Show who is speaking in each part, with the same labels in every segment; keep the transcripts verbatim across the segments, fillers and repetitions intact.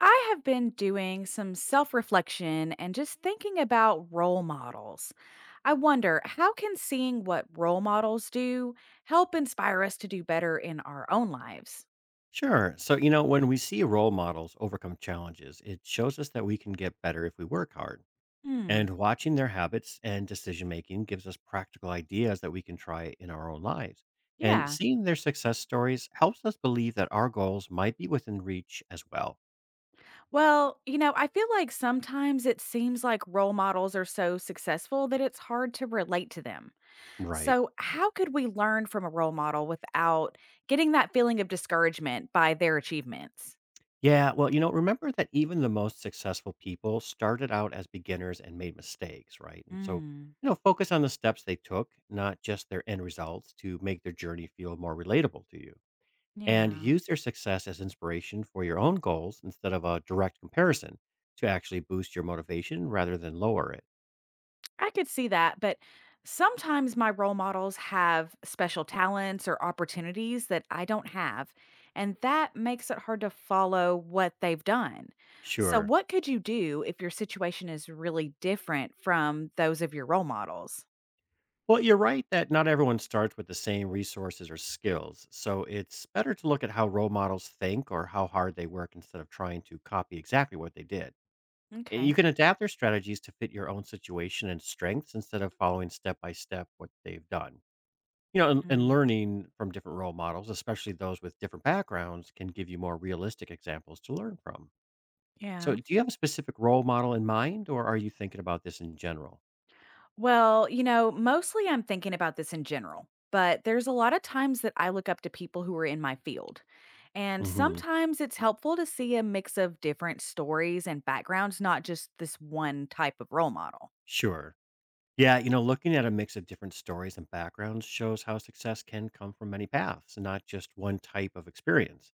Speaker 1: I have been doing some self reflection and just thinking about role models. I wonder how can seeing what role models do help inspire us to do better in our own lives?
Speaker 2: Sure. So, you know, when we see role models overcome challenges, it shows us that we can get better if we work hard.
Speaker 1: Hmm.
Speaker 2: And watching their habits and decision making gives us practical ideas that we can try in our own lives. And
Speaker 1: Yeah.
Speaker 2: seeing their success stories helps us believe that our goals might be within reach as well.
Speaker 1: Well, you know, I feel like sometimes it seems like role models are so successful that it's hard to relate to them.
Speaker 2: Right.
Speaker 1: So, how could we learn from a role model without getting that feeling of discouragement by their achievements?
Speaker 2: Yeah. Well, you know, remember that even the most successful people started out as beginners and made mistakes, right? And so,
Speaker 1: Mm,
Speaker 2: you know, focus on the steps they took, not just their end results, to make their journey feel more relatable to you. And
Speaker 1: yeah.
Speaker 2: use their success as inspiration for your own goals instead of a direct comparison to actually boost your motivation rather than lower it.
Speaker 1: I could see that, but sometimes my role models have special talents or opportunities that I don't have, and that makes it hard to follow what they've done. So,
Speaker 2: Sure.
Speaker 1: what could you do if your situation is really different from those of your role models?
Speaker 2: Well, you're right that not everyone starts with the same resources or skills. So it's better to look at how role models think or how hard they work instead of trying to copy exactly what they did. And you
Speaker 1: Okay.
Speaker 2: can adapt their strategies to fit your own situation and strengths instead of following step by step what they've done. You know, and, and
Speaker 1: Mm,
Speaker 2: learning from different role models, especially those with different backgrounds, can give you more realistic examples to learn from. So,
Speaker 1: yeah.
Speaker 2: do you have a specific role model in mind, or are you thinking about this in general?
Speaker 1: Well, you know, mostly I'm thinking about this in general, but there's a lot of times that I look up to people who are in my field. And
Speaker 2: Hmm.
Speaker 1: sometimes it's helpful to see a mix of different stories and backgrounds, not just this one type of role model.
Speaker 2: Sure. Yeah, you know, looking at a mix of different stories and backgrounds shows how success can come from many paths, not just one type of experience.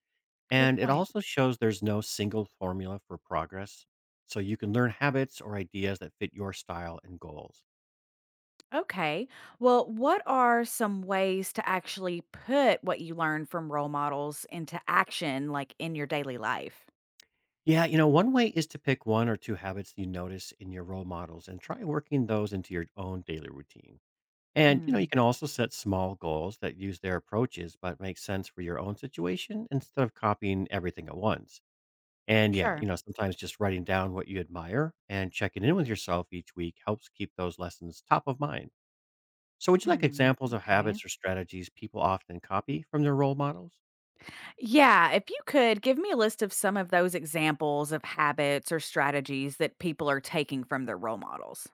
Speaker 1: Good
Speaker 2: And it
Speaker 1: point.
Speaker 2: also shows there's no single formula for progress. So you can learn habits or ideas that fit your style and goals.
Speaker 1: Okay. Well, what are some ways to actually put what you learn from role models into action, like in your daily life?
Speaker 2: Yeah, you know, one way is to pick one or two habits you notice in your role models and try working those into your own daily routine. And, you know,
Speaker 1: Hmm.
Speaker 2: you can also set small goals that use their approaches but make sense for your own situation instead of copying everything at once. And yeah, you
Speaker 1: Sure.
Speaker 2: know, sometimes just writing down what you admire and checking in with yourself each week helps keep those lessons top of mind. So, would you like
Speaker 1: Hmm.
Speaker 2: examples of
Speaker 1: Okay.
Speaker 2: habits or strategies people often copy from their role models?
Speaker 1: Yeah, if you could give me a list of some of those examples of habits or strategies that people are taking from their role models.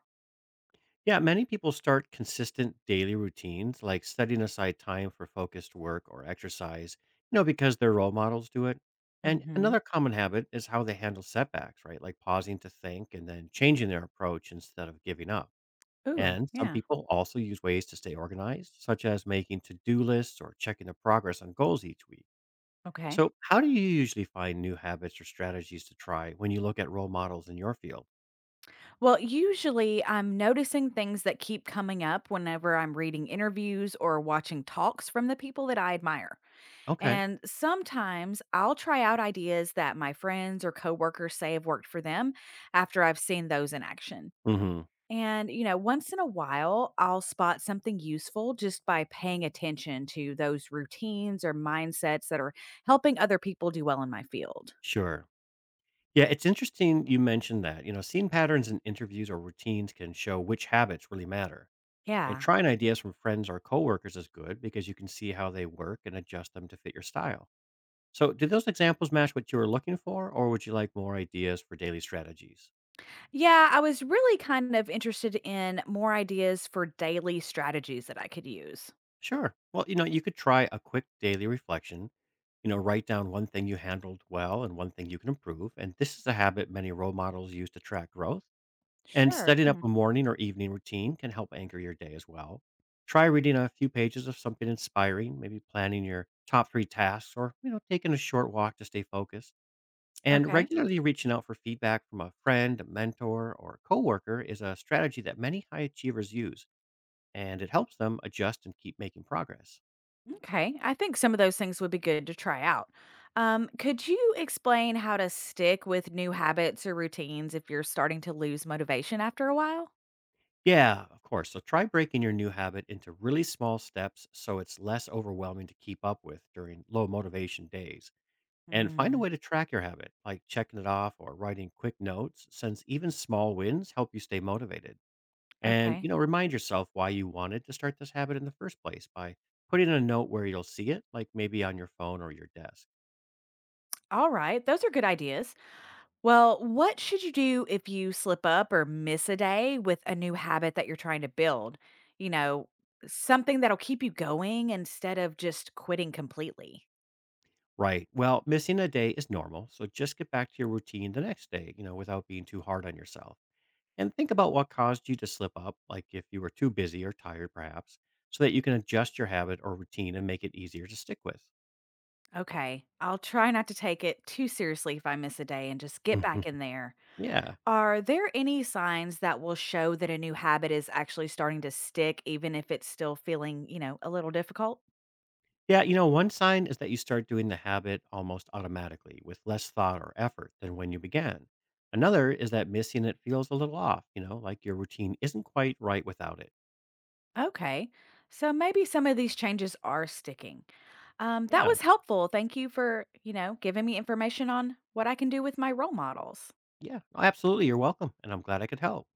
Speaker 2: Yeah, many people start consistent daily routines like setting aside time for focused work or exercise, you know, because their role models do it. And another
Speaker 1: Hmm.
Speaker 2: common habit is how they handle setbacks, right? Like pausing to think and then changing their approach instead of giving up.
Speaker 1: Ooh,
Speaker 2: And some
Speaker 1: yeah.
Speaker 2: people also use ways to stay organized, such as making to do lists or checking the progress on goals each week.
Speaker 1: Okay.
Speaker 2: So, how do you usually find new habits or strategies to try when you look at role models in your field?
Speaker 1: Well, usually I'm noticing things that keep coming up whenever I'm reading interviews or watching talks from the people that I admire.
Speaker 2: Okay.
Speaker 1: And sometimes I'll try out ideas that my friends or coworkers say have worked for them after I've seen those in action.
Speaker 2: Hmm.
Speaker 1: And, you know, once in a while, I'll spot something useful just by paying attention to those routines or mindsets that are helping other people do well in my field.
Speaker 2: Sure. Yeah, it's interesting you mentioned that. You know, seeing patterns in interviews or routines can show which habits really matter. And
Speaker 1: Yeah.
Speaker 2: trying ideas from friends or coworkers is good because you can see how they work and adjust them to fit your style. So, did those examples match what you were looking for, or would you like more ideas for daily strategies?
Speaker 1: Yeah. I was really kind of interested in more ideas for daily strategies that I could use.
Speaker 2: Sure. Well, you know, you could try a quick daily reflection. You know, write down one thing you handled well and one thing you can improve. And this is a habit many role models use to track growth. And
Speaker 1: Sure.
Speaker 2: setting up
Speaker 1: Hmm.
Speaker 2: a morning or evening routine can help anchor your day as well. Try reading a few pages of something inspiring, maybe planning your top three tasks or, you know, taking a short walk to stay focused. And
Speaker 1: Okay.
Speaker 2: regularly reaching out for feedback from a friend, a mentor, or a coworker is a strategy that many high achievers use, and it helps them adjust and keep making progress.
Speaker 1: Okay. I think some of those things would be good to try out. Um, could you explain how to stick with new habits or routines if you're starting to lose motivation after a while?
Speaker 2: Yeah, of course. So try breaking your new habit into really small steps so it's less overwhelming to keep up with during low motivation days. And find a
Speaker 1: Mm,
Speaker 2: way to track your habit, like checking it off or writing quick notes, since even small wins help you stay motivated. And,
Speaker 1: okay.
Speaker 2: you know, remind yourself why you wanted to start this habit in the first place by putting a note where you'll see it, like maybe on your phone or your desk.
Speaker 1: All right, those are good ideas. Well, what should you do if you slip up or miss a day with a new habit that you're trying to build? You know, Something that'll keep you going instead of just quitting completely.
Speaker 2: Right. Well, missing a day is normal. So just get back to your routine the next day, you know, without being too hard on yourself. And think about what caused you to slip up, like if you were too busy or tired, perhaps, so that you can adjust your habit or routine and make it easier to stick with.
Speaker 1: Okay, I'll try not to take it too seriously if I miss a day and just get
Speaker 2: Mhm.
Speaker 1: back in there.
Speaker 2: Yeah.
Speaker 1: Are there any signs that will show that a new habit is actually starting to stick, even if it's still feeling, you know, a little difficult?
Speaker 2: Yeah, you know, one sign is that you start doing the habit almost automatically with less thought or effort than when you began. Another is that missing it feels a little off, you know like your routine isn't quite right without it.
Speaker 1: Okay. So maybe some of these changes are sticking. Um, that
Speaker 2: Yeah,
Speaker 1: was helpful. Thank you for, you know, giving me information on what I can do with my role models.
Speaker 2: yeah, no, absolutely. You're welcome. And I'm glad I could help.